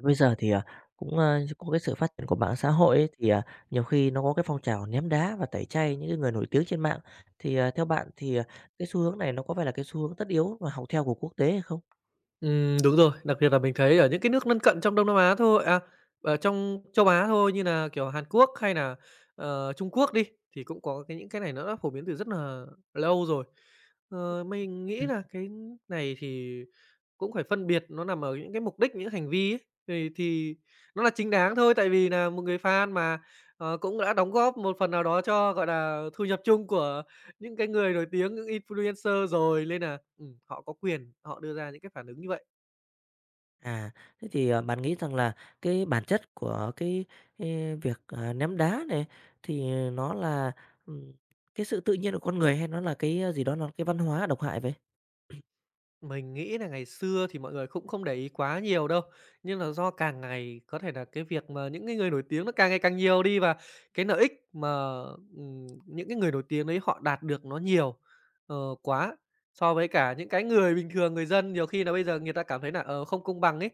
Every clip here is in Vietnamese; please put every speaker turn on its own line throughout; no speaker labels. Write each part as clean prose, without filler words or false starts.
Bây giờ thì, cũng, có cái sự phát triển của mạng xã hội ấy, thì, nhiều khi nó có cái phong trào ném đá và tẩy chay những cái người nổi tiếng trên mạng. Thì, theo bạn thì, cái xu hướng này nó có phải là cái xu hướng tất yếu và học theo của quốc tế hay không?
Đúng rồi, đặc biệt là mình thấy ở những cái nước lân cận trong Đông Nam Á thôi, ở trong Châu Á thôi như là kiểu, Hàn Quốc hay là Trung Quốc đi, thì cũng có cái những cái này nó đã phổ biến từ rất là lâu rồi. Mình nghĩ
Ừm,
là cái này thì cũng phải phân biệt nó nằm ở những cái mục đích, những hành vi ấy, thì nó là chính đáng thôi, tại vì là một người fan mà, cũng đã đóng góp một phần nào đó cho, gọi là thu nhập chung của những cái người nổi tiếng, những influencer rồi, nên là họ có quyền họ đưa ra những cái phản ứng như vậy.
à, thế thì, bạn nghĩ rằng là cái bản chất của cái, việc, ném đá này thì nó là, ừm, cái sự tự nhiên của con người hay nó là cái gì đó, nó là cái văn hóa độc hại vậy?
Mình nghĩ là ngày xưa thì mọi người cũng không để ý quá nhiều đâu, nhưng là do càng ngày có thể là cái việc mà những cái người nổi tiếng nó càng ngày càng nhiều đi và cái lợi ích mà, những cái người nổi tiếng đấy họ đạt được nó nhiều, ờ, quá so với cả những cái người bình thường, người dân nhiều khi là bây giờ người ta cảm thấy là không công bằng ấy.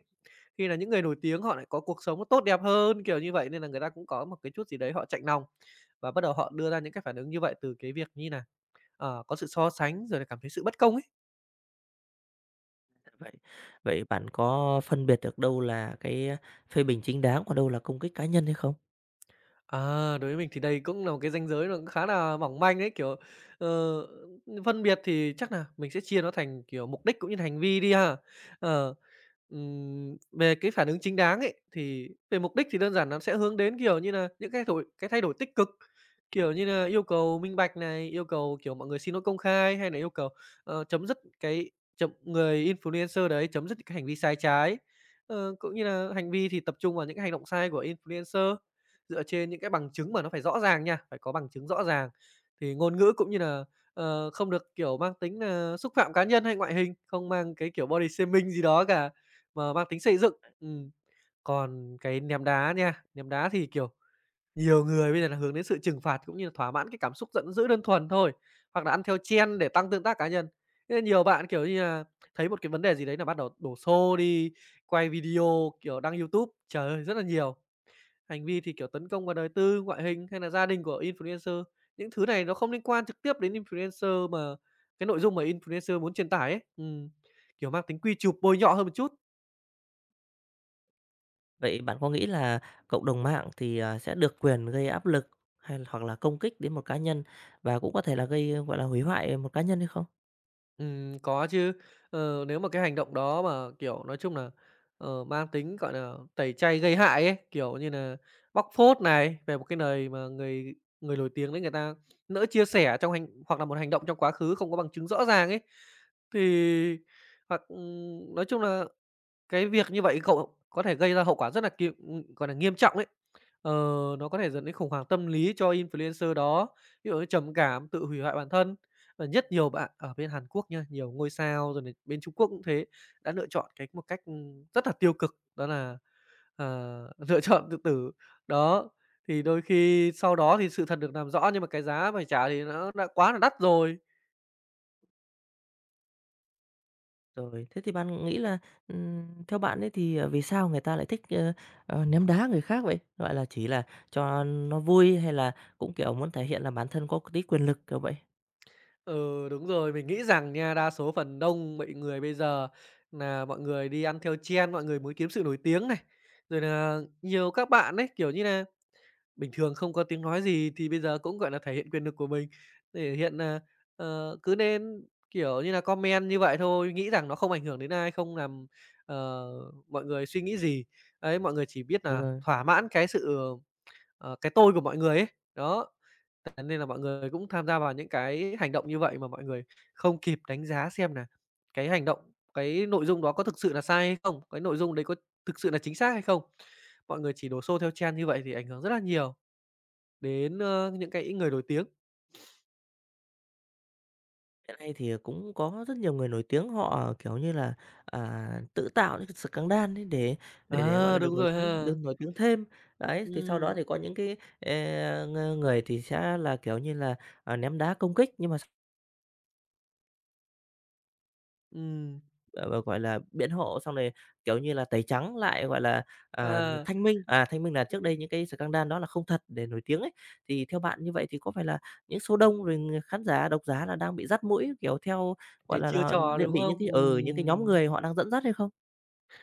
Khi là những người nổi tiếng họ lại có cuộc sống nó tốt đẹp hơn, kiểu như vậy, nên là người ta cũng có một cái chút gì đấy họ chạnh lòng và bắt đầu họ đưa ra những cái phản ứng như vậy từ cái việc như là có sự so sánh rồi là cảm thấy sự bất công ấy.
Vậy vậy bạn có phân biệt được đâu là cái phê bình chính đáng, còn đâu là công kích cá nhân hay không?
À, đối với mình thì đây cũng là một cái ranh giới nó cũng khá là mỏng manh đấy, kiểu, ờ, phân biệt thì chắc là mình sẽ chia nó thành, kiểu, mục đích cũng như là hành vi đi ha. Ờ, Về cái phản ứng chính đáng ấy, thì về mục đích thì đơn giản nó sẽ hướng đến, kiểu như là những cái thổi cái thay đổi tích cực, kiểu như là yêu cầu minh bạch này, yêu cầu, kiểu, mọi người xin lỗi công khai hay là yêu cầu, chấm dứt cái chấm người influencer đấy chấm dứt cái hành vi sai trái. Cũng như là hành vi thì tập trung vào những cái hành động sai của influencer dựa trên những cái bằng chứng mà nó phải rõ ràng nha, phải có bằng chứng rõ ràng. Thì ngôn ngữ cũng như là không được, kiểu, mang tính nà xúc phạm cá nhân hay ngoại hình, không mang cái kiểu body shaming gì đó cả, mà mang tính xây dựng. Ừm, Còn cái ném đá nha, ném đá thì, kiểu, nhiều người bây giờ là hướng đến sự trừng phạt cũng như là thỏa mãn cái cảm xúc giận dữ đơn thuần thôi, hoặc là ăn theo trend để tăng tương tác cá nhân. Thế nên nhiều bạn, kiểu như là, thấy một cái vấn đề gì đấy là bắt đầu đổ xô đi quay video, kiểu, đăng YouTube. Trời ơi, rất là nhiều! Hành vi thì, kiểu, tấn công vào đời tư, ngoại hình hay là gia đình của influencer. Những thứ này nó không liên quan trực tiếp đến influencer mà cái nội dung mà influencer muốn truyền tải ấy, kiểu, mang tính quy chụp, bôi nhọ hơn một chút.
Vậy bạn có nghĩ là cộng đồng mạng thì, sẽ được quyền gây áp lực hoặc là công kích đến một cá nhân và cũng có thể là gây, gọi là, hủy hoại một cá nhân hay không?
Có chứ. Nếu mà cái hành động đó mà, kiểu, nói chung là, mang tính, gọi là, tẩy chay gây hại ấy, kiểu như là, bóc phốt này về một cái lời mà người người nổi tiếng đấy người ta nỡ chia sẻ trong hành hoặc là một hành động trong quá khứ không có bằng chứng rõ ràng ấy, thì hoặc, nói chung là cái việc như vậy cậu có thể gây ra hậu quả rất là kiệm gọi là, nghiêm trọng ấy. Ờ, nó có thể dẫn đến khủng hoảng tâm lý cho influencer đó, ví dụ như trầm cảm, tự hủy hoại bản thân. Và nhất nhiều bạn ở bên Hàn Quốc nha, nhiều ngôi sao rồi này bên Trung Quốc cũng thế, đã lựa chọn cái một cách, rất là tiêu cực, đó là, ờ, lựa chọn tự tử. Đó, thì đôi khi sau đó thì sự thật được làm rõ nhưng mà cái giá phải trả thì nó đã quá là đắt rồi.
Rồi, thế thì bạn nghĩ là, theo bạn ấy thì, vì sao người ta lại thích, ném đá người khác vậy? Gọi là, chỉ là cho nó vui hay là cũng, kiểu, muốn thể hiện là bản thân có tí quyền lực, kiểu vậy?
Ừ, đúng rồi, mình nghĩ rằng nha, đa số phần đông mọi người bây giờ là mọi người đi ăn theo trend, mọi người muốn kiếm sự nổi tiếng này. Rồi là nhiều các bạn ấy, kiểu như là bình thường không có tiếng nói gì thì bây giờ cũng, gọi là, thể hiện quyền lực của mình, thể hiện là cứ nên, kiểu như là comment như vậy thôi, nghĩ rằng nó không ảnh hưởng đến ai, không làm, ờ, mọi người suy nghĩ gì. Đấy, mọi người chỉ biết
Đúng
là
rồi.
thỏa mãn cái sự, cái tôi của mọi người ấy, đó. Thế nên là mọi người cũng tham gia vào những cái hành động như vậy mà mọi người không kịp đánh giá xem là cái hành động, cái nội dung đó có thực sự là sai hay không? Cái nội dung đấy có thực sự là chính xác hay không? Mọi người chỉ đổ xô theo trend như vậy thì ảnh hưởng rất là nhiều đến, những cái người nổi tiếng.
Hiện nay thì cũng có rất nhiều người nổi tiếng họ, kiểu như là, tự tạo những cái scandal ấy để, gọi là,
À, đúng rồi
được
ha.
nổi tiếng thêm. Đấy, thì sau đó
Ừm,
thì có những cái, ờ, người thì sẽ là, kiểu như là, ném đá công kích, nhưng mà
ừm,
Ờ, gọi là, biện hộ, xong rồi, kiểu như là, tẩy trắng lại, gọi là,
à,
thanh minh. À, thanh minh là trước đây những cái scandal đó là không thật để nổi tiếng ấy. Thì theo bạn như vậy thì có phải là những số đông rồi khán giả, độc giả là đang bị dắt mũi, kiểu, theo, gọi
cái chiêu
là,
trò, đúng
bị những
không?
cái ở những cái nhóm người họ đang dẫn dắt hay không?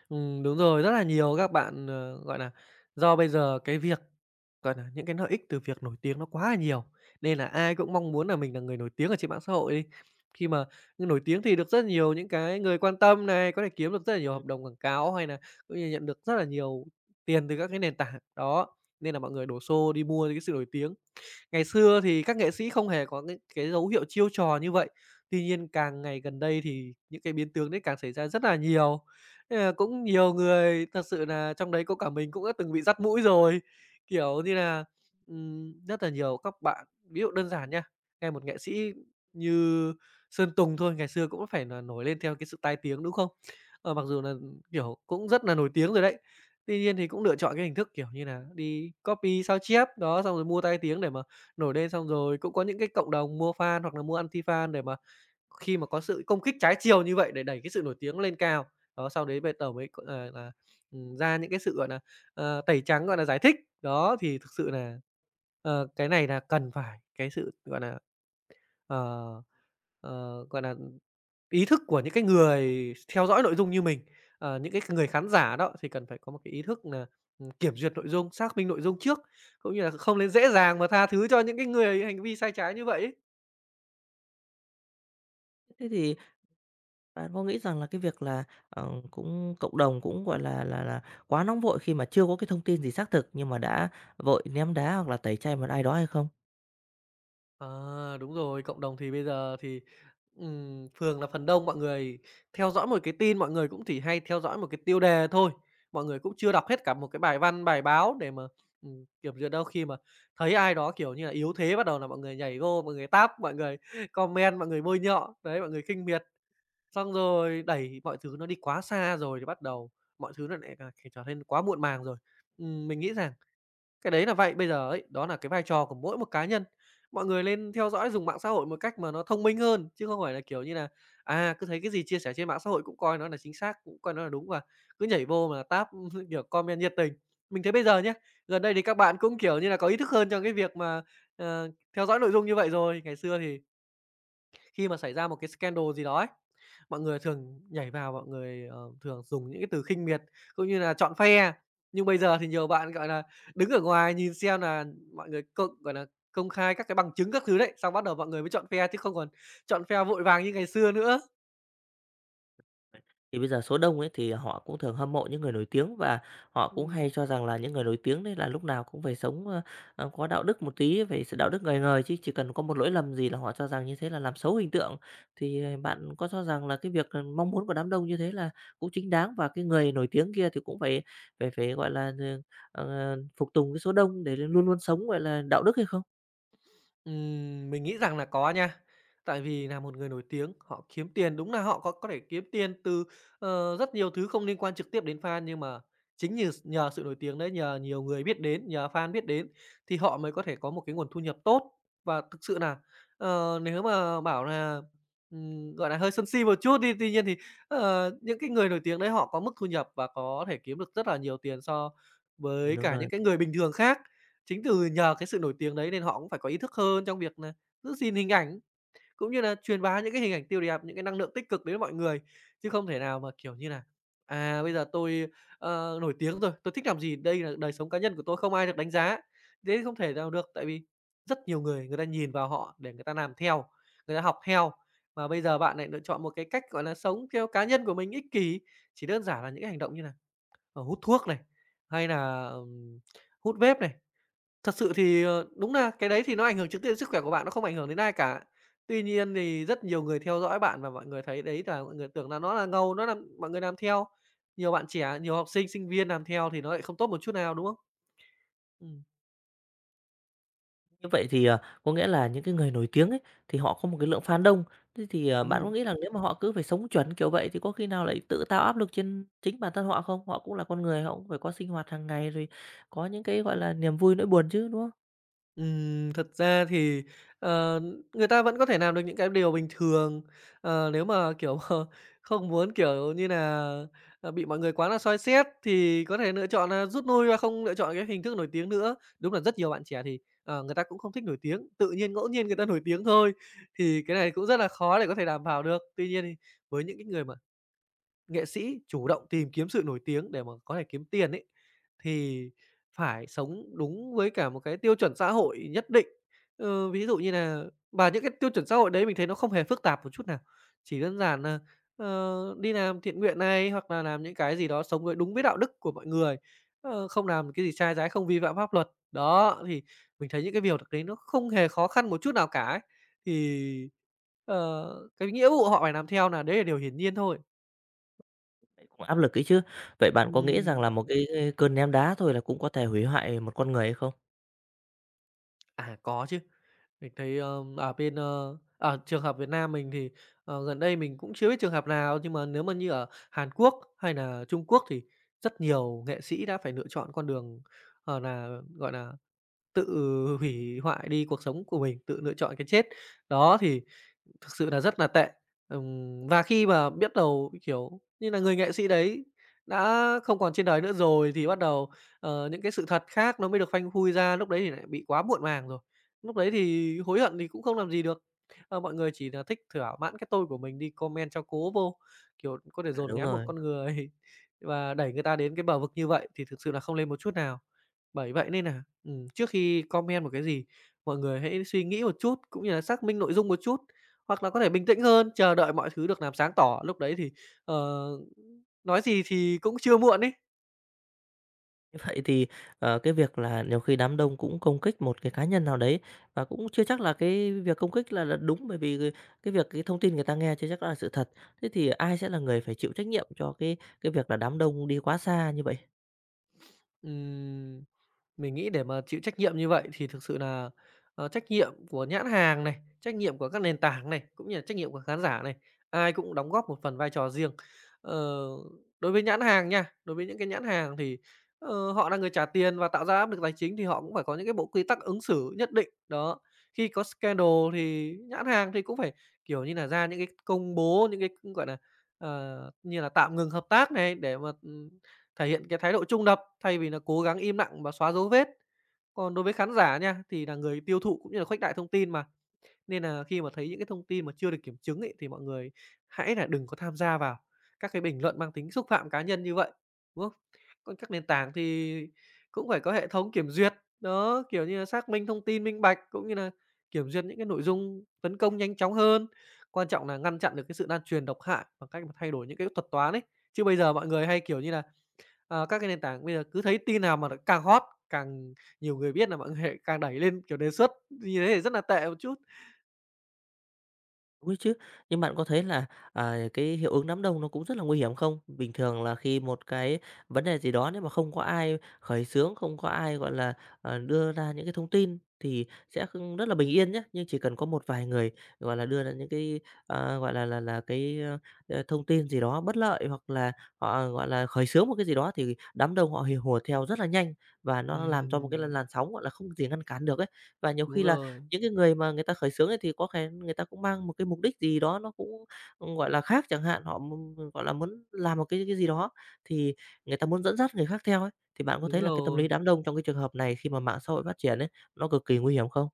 Đúng rồi, rất là nhiều các bạn, gọi là do bây giờ cái việc còn nà, những cái lợi ích từ việc nổi tiếng nó quá là nhiều, nên là ai cũng mong muốn là mình là người nổi tiếng ở trên mạng xã hội đi. Khi mà nổi tiếng thì được rất nhiều những cái người quan tâm này, có thể kiếm được rất là nhiều
Ừm,
hợp đồng quảng cáo hay là cũng như nhận được rất là nhiều tiền từ các cái nền tảng. Đó, nên là mọi người đổ xô đi mua cái sự nổi tiếng. Ngày xưa thì các nghệ sĩ không hề có những cái dấu hiệu chiêu trò như vậy, tuy nhiên càng ngày gần đây thì những cái biến tướng đấy càng xảy ra rất là nhiều. Nên là cũng nhiều người thật sự là trong đấy có cả mình cũng đã từng bị dắt mũi rồi, kiểu như là, rất là nhiều các bạn ví dụ đơn giản nha, nghe một nghệ sĩ như Sơn Tùng thôi, ngày xưa cũng phải là nổi lên theo cái sự tai tiếng, đúng không? Mặc dù là kiểu, cũng rất là nổi tiếng rồi đấy, tuy nhiên thì cũng lựa chọn cái hình thức, kiểu như là đi copy, sao chép, đó, xong rồi mua tai tiếng để mà nổi lên xong rồi cũng có những cái cộng đồng mua fan hoặc là mua anti-fan để mà khi mà có sự công kích trái chiều như vậy để đẩy cái sự nổi tiếng lên cao. Đó, sau đấy bây tờ mới, gọi là, ra những cái sự, gọi là, tẩy trắng, gọi là, giải thích. Đó, thì thực sự là cái này là cần phải cái sự, gọi là ờ, gọi là ý thức của những cái người theo dõi nội dung như mình, những cái người khán giả đó thì cần phải có một cái ý thức là kiểm duyệt nội dung, xác minh nội dung trước, cũng như là không nên dễ dàng mà tha thứ cho những cái người hành vi sai trái như vậy ấy.
thế thì bạn có nghĩ rằng là cái việc là, cũng cộng đồng cũng, gọi là, quá nóng vội khi mà chưa có cái thông tin gì xác thực nhưng mà đã vội ném đá hoặc là tẩy chay một ai đó hay không?
À, đúng rồi, cộng đồng thì bây giờ thì, thường là phần đông mọi người theo dõi một cái tin, mọi người cũng chỉ hay theo dõi một cái tiêu đề thôi. Mọi người cũng chưa đọc hết cả một cái bài văn, bài báo để mà, kiểm duyệt đâu. Khi mà thấy ai đó, kiểu như là, yếu thế bắt đầu là mọi người nhảy vô, mọi người táp, mọi người comment, mọi người bôi nhọ, đấy, mọi người khinh miệt. Xong rồi đẩy mọi thứ nó đi quá xa rồi thì bắt đầu mọi thứ nó lại càng trở nên quá muộn màng rồi. Mình nghĩ rằng cái đấy là vậy, bây giờ ấy, đó là cái vai trò của mỗi một cá nhân. Mọi người lên theo dõi dùng mạng xã hội một cách mà nó thông minh hơn, chứ không phải là, kiểu như là cứ thấy cái gì chia sẻ trên mạng xã hội cũng coi nó là chính xác, cũng coi nó là đúng và cứ nhảy vô mà tab, kiểu, comment nhiệt tình. Mình thấy bây giờ nhá, gần đây thì các bạn cũng, kiểu như là, có ý thức hơn trong cái việc mà, ờ, theo dõi nội dung như vậy rồi. Ngày xưa thì khi mà xảy ra một cái scandal gì đó ấy, mọi người thường nhảy vào, mọi người, thường dùng những cái từ khinh miệt cũng như là chọn phe. Nhưng bây giờ thì nhiều bạn, gọi là, đứng ở ngoài nhìn xem là mọi người gọi là, công khai các cái bằng chứng các thứ đấy, xong bắt đầu mọi người mới chọn phe chứ không còn chọn phe vội vàng như ngày xưa nữa.
Thì bây giờ số đông ấy thì họ cũng thường hâm mộ những người nổi tiếng và họ cũng
Ừm.
hay cho rằng là những người nổi tiếng đấy là lúc nào cũng phải sống, có đạo đức một tí, phải sự đạo đức ngời ngời chứ chỉ cần có một lỗi lầm gì là họ cho rằng như thế là làm xấu hình tượng. Thì, bạn có cho rằng là cái việc, mong muốn của đám đông như thế là cũng chính đáng và cái người nổi tiếng kia thì cũng phải phải phải, gọi là, ờ, phục tùng cái số đông để luôn luôn sống, gọi là, đạo đức hay không?
Mình nghĩ rằng là có nha. Tại vì là một người nổi tiếng, họ kiếm tiền, đúng là họ có thể kiếm tiền từ, rất nhiều thứ không liên quan trực tiếp đến fan, nhưng mà chính như nhờ sự nổi tiếng đấy, nhờ nhiều người biết đến, nhờ fan biết đến thì họ mới có thể có một cái nguồn thu nhập tốt. Và thực sự là nếu mà bảo là gọi là hơi sân si một chút đi, tuy nhiên thì, những cái người nổi tiếng đấy họ có mức thu nhập và có thể kiếm được rất là nhiều tiền so với
Đúng
cả
rồi.
những cái người bình thường khác. Chính từ nhờ cái sự nổi tiếng đấy nên họ cũng phải có ý thức hơn trong việc là giữ gìn hình ảnh, cũng như là truyền bá những cái hình ảnh tiêu đẹp, những cái năng lượng tích cực đến mọi người. Chứ không thể nào mà, kiểu như là à, bây giờ tôi, nổi tiếng rồi, tôi thích làm gì, đây là đời sống cá nhân của tôi không ai được đánh giá. Thế không thể nào được, tại vì rất nhiều người người ta nhìn vào họ để người ta làm theo, người ta học theo. Mà bây giờ bạn lại lựa chọn một cái cách, gọi là, sống theo cá nhân của mình ích kỷ, chỉ đơn giản là những cái hành động như là hút thuốc này, hay là hút vape này, thật sự thì, đúng là cái đấy thì nó ảnh hưởng trực tiếp đến sức khỏe của bạn, nó không ảnh hưởng đến ai cả. Tuy nhiên thì rất nhiều người theo dõi bạn và mọi người thấy đấy là mọi người tưởng là nó là ngầu, nó làm mọi người làm theo. Nhiều bạn trẻ, nhiều học sinh, sinh viên làm theo thì nó lại không tốt một chút nào, đúng không? Ừm.
Như vậy thì, có nghĩa là những cái người nổi tiếng ấy, thì họ có một cái lượng fan đông. Thế thì, bạn có
Ừm.
nghĩ rằng nếu mà họ cứ phải sống chuẩn kiểu vậy thì có khi nào lại tự tạo áp lực trên chính bản thân họ không? Họ cũng là con người, họ cũng phải có sinh hoạt hàng ngày rồi có những cái, gọi là, niềm vui nỗi buồn chứ, đúng không?
Thật ra thì, ờ, người ta vẫn có thể làm được những cái điều bình thường, nếu mà, kiểu, không muốn, kiểu như là bị mọi người quá là soi xét thì có thể lựa chọn là rút lui và không lựa chọn cái hình thức nổi tiếng nữa. Đúng là rất nhiều bạn trẻ thì, người ta cũng không thích nổi tiếng, tự nhiên ngẫu nhiên người ta nổi tiếng thôi, thì cái này cũng rất là khó để có thể đảm bảo được. Tuy nhiên thì với những cái người mà nghệ sĩ chủ động tìm kiếm sự nổi tiếng để mà có thể kiếm tiền ấy, thì phải sống đúng với cả một cái tiêu chuẩn xã hội nhất định. Ví dụ như là và những cái tiêu chuẩn xã hội đấy mình thấy nó không hề phức tạp một chút nào, chỉ đơn giản là đi làm thiện nguyện này, hoặc là làm những cái gì đó sống với đúng với đạo đức của mọi người, không làm cái gì sai trái, không vi phạm pháp luật. Đó, thì mình thấy những cái việc được đấy nó không hề khó khăn một chút nào cả ấy, thì, ờ, cái nghĩa vụ họ phải làm theo là đấy là điều hiển nhiên thôi.
Vậy cũng áp lực ấy chứ. Vậy bạn có nghĩ rằng
Ừm,
là một cái cơn ném đá thôi là cũng có thể hủy hoại một con người hay không?
à, có chứ. Mình thấy, ở bên, ở trường học Việt Nam mình thì, gần đây mình cũng chưa biết trường hợp nào, nhưng mà nếu mà như ở Hàn Quốc hay là Trung Quốc thì rất nhiều nghệ sĩ đã phải lựa chọn con đường, ờ, nà, gọi là tự hủy hoại đi cuộc sống của mình, tự lựa chọn cái chết. Đó, thì thực sự là rất là tệ. Và khi mà biết đầu, kiểu như là, người nghệ sĩ đấy đã không còn trên đời nữa rồi thì bắt đầu, những cái sự thật khác nó mới được phanh phui ra, lúc đấy thì lại bị quá muộn màng rồi. Lúc đấy thì hối hận thì cũng không làm gì được. Mọi người chỉ là thích thỏa mãn cái tôi của mình đi comment cho cố vô, kiểu, có thể
À,
dồn
đúng
nén một
rồi.
con người và đẩy người ta đến cái bờ vực như vậy thì thực sự là không lên một chút nào. Bởi vậy nên là trước khi comment một cái gì, mọi người hãy suy nghĩ một chút, cũng như là xác minh nội dung một chút, hoặc là có thể bình tĩnh hơn, chờ đợi mọi thứ được làm sáng tỏ, lúc đấy thì, ờ, nói gì thì cũng chưa muộn ấy.
Như vậy thì, cái việc là nhiều khi đám đông cũng công kích một cái cá nhân nào đấy và cũng chưa chắc là cái việc công kích là đúng, bởi vì cái việc cái thông tin người ta nghe chưa chắc là sự thật. Thế thì ai sẽ là người phải chịu trách nhiệm cho cái việc là đám đông đi quá xa như vậy?
Ừm. Mình nghĩ để mà chịu trách nhiệm như vậy thì thực sự là trách nhiệm của nhãn hàng này, trách nhiệm của các nền tảng này, cũng như là trách nhiệm của khán giả này, ai cũng đóng góp một phần vai trò riêng. Ờ, đối với nhãn hàng nha, đối với những cái nhãn hàng thì, họ là người trả tiền và tạo ra áp lực tài chính thì họ cũng phải có những cái bộ quy tắc ứng xử nhất định. Đó, khi có scandal thì nhãn hàng thì cũng phải, kiểu như là ra những cái công bố, những cái, gọi là như là tạm ngừng hợp tác này để mà, thể hiện cái thái độ trung lập thay vì là cố gắng im lặng và xóa dấu vết. Còn đối với khán giả nha, thì là người tiêu thụ cũng như là khuếch đại thông tin mà, nên là khi mà thấy những cái thông tin mà chưa được kiểm chứng ấy, thì mọi người hãy là đừng có tham gia vào các cái bình luận mang tính xúc phạm cá nhân như vậy, đúng không? Còn các nền tảng thì cũng phải có hệ thống kiểm duyệt, đó, kiểu như là, xác minh thông tin minh bạch, cũng như là kiểm duyệt những cái nội dung tấn công nhanh chóng hơn. Quan trọng là ngăn chặn được cái sự lan truyền độc hại bằng cách mà thay đổi những cái thuật toán ấy. Chứ bây giờ mọi người hay, kiểu như là, các cái nền tảng bây giờ cứ thấy tin nào mà nó càng hot, càng nhiều người biết là mọi người lại càng đẩy lên, kiểu, đề xuất, như thế thì rất là tệ một chút.
Đúng đấy chứ. Nhưng bạn có thấy là, cái hiệu ứng đám đông nó cũng rất là nguy hiểm không? Bình thường là khi một cái vấn đề gì đó nếu mà không có ai khởi xướng, không có ai, gọi là, đưa ra những cái thông tin thì sẽ không rất là bình yên nhé. Nhưng chỉ cần có một vài người, gọi là, đưa ra những cái, gọi là cái, thông tin gì đó bất lợi hoặc là họ, gọi là, khởi xướng một cái gì đó thì đám đông họ hì hùa theo rất là nhanh và nó làm cho một cái
Ừm.
làn sóng, gọi là, không gì ngăn cản được ấy. Và nhiều
Đúng
khi là
rồi,
những cái người mà người ta khởi xướng ấy thì có thể người ta cũng mang một cái mục đích gì đó nó cũng, ừ, gọi là, khác chẳng hạn, họ muốn, gọi là, muốn làm một cái gì đó, thì người ta muốn dẫn dắt người khác theo ấy, thì bạn có
đúng
thấy là cái tâm
rồi.
lý đám đông trong cái trường hợp này khi mà mạng xã hội phát triển ấy, nó cực kỳ nguy hiểm không?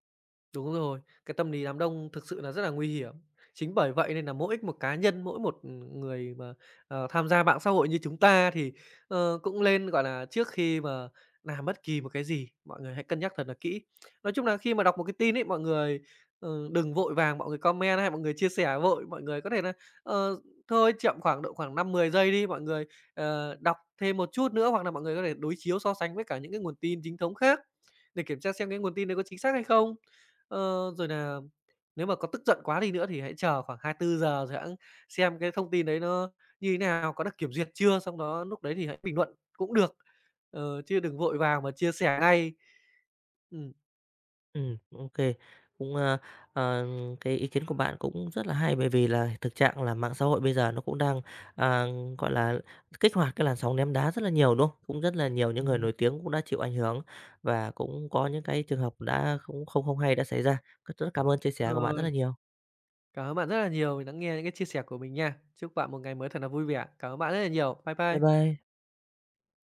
Đúng rồi, cái tâm lý đám đông thực sự là rất là nguy hiểm. Chính bởi vậy nên là mỗi một cá nhân, mỗi một, ừ, người mà, tham gia mạng xã hội như chúng ta thì, cũng lên, gọi là, trước khi mà làm bất kỳ một cái gì, mọi người hãy cân nhắc thật là kỹ. Nói chung là khi mà đọc một cái tin ấy, mọi người, đừng vội vàng mọi người comment hay mọi người chia sẻ vội, mọi người có thể là, ờ, thôi chậm khoảng độ khoảng 5-10 giây đi, mọi người, đọc thêm một chút nữa hoặc là mọi người có thể đối chiếu so sánh với cả những cái nguồn tin chính thống khác để kiểm tra xem cái nguồn tin đấy có chính xác hay không. Ờ, rồi là nếu mà có tức giận quá đi nữa thì hãy chờ khoảng 24 giờ rồi hẵng xem cái thông tin đấy nó như thế nào, có được kiểm duyệt chưa, xong đó lúc đấy thì hãy bình luận cũng được, chứ đừng vội vàng mà chia sẻ ngay. Ừm.
Ok, cũng, ờ, cái ý kiến của bạn cũng rất là hay, bởi vì là thực trạng là mạng xã hội bây giờ nó cũng đang, à, gọi là, kích hoạt cái làn sóng ném đá rất là nhiều, đúng không? Cũng rất là nhiều những người
Ừm.
nổi tiếng cũng đã chịu ảnh hưởng và cũng có những cái trường hợp đã không không không hay đã xảy ra. Rất cảm ơn chia sẻ của bạn rất là
Rồi,
nhiều.
cảm ơn bạn rất là nhiều vì lắng nghe những cái chia sẻ của mình nha. Chúc bạn một ngày mới thật là vui vẻ. Cảm ơn bạn rất là nhiều. Bye
Bye
bye.
bye.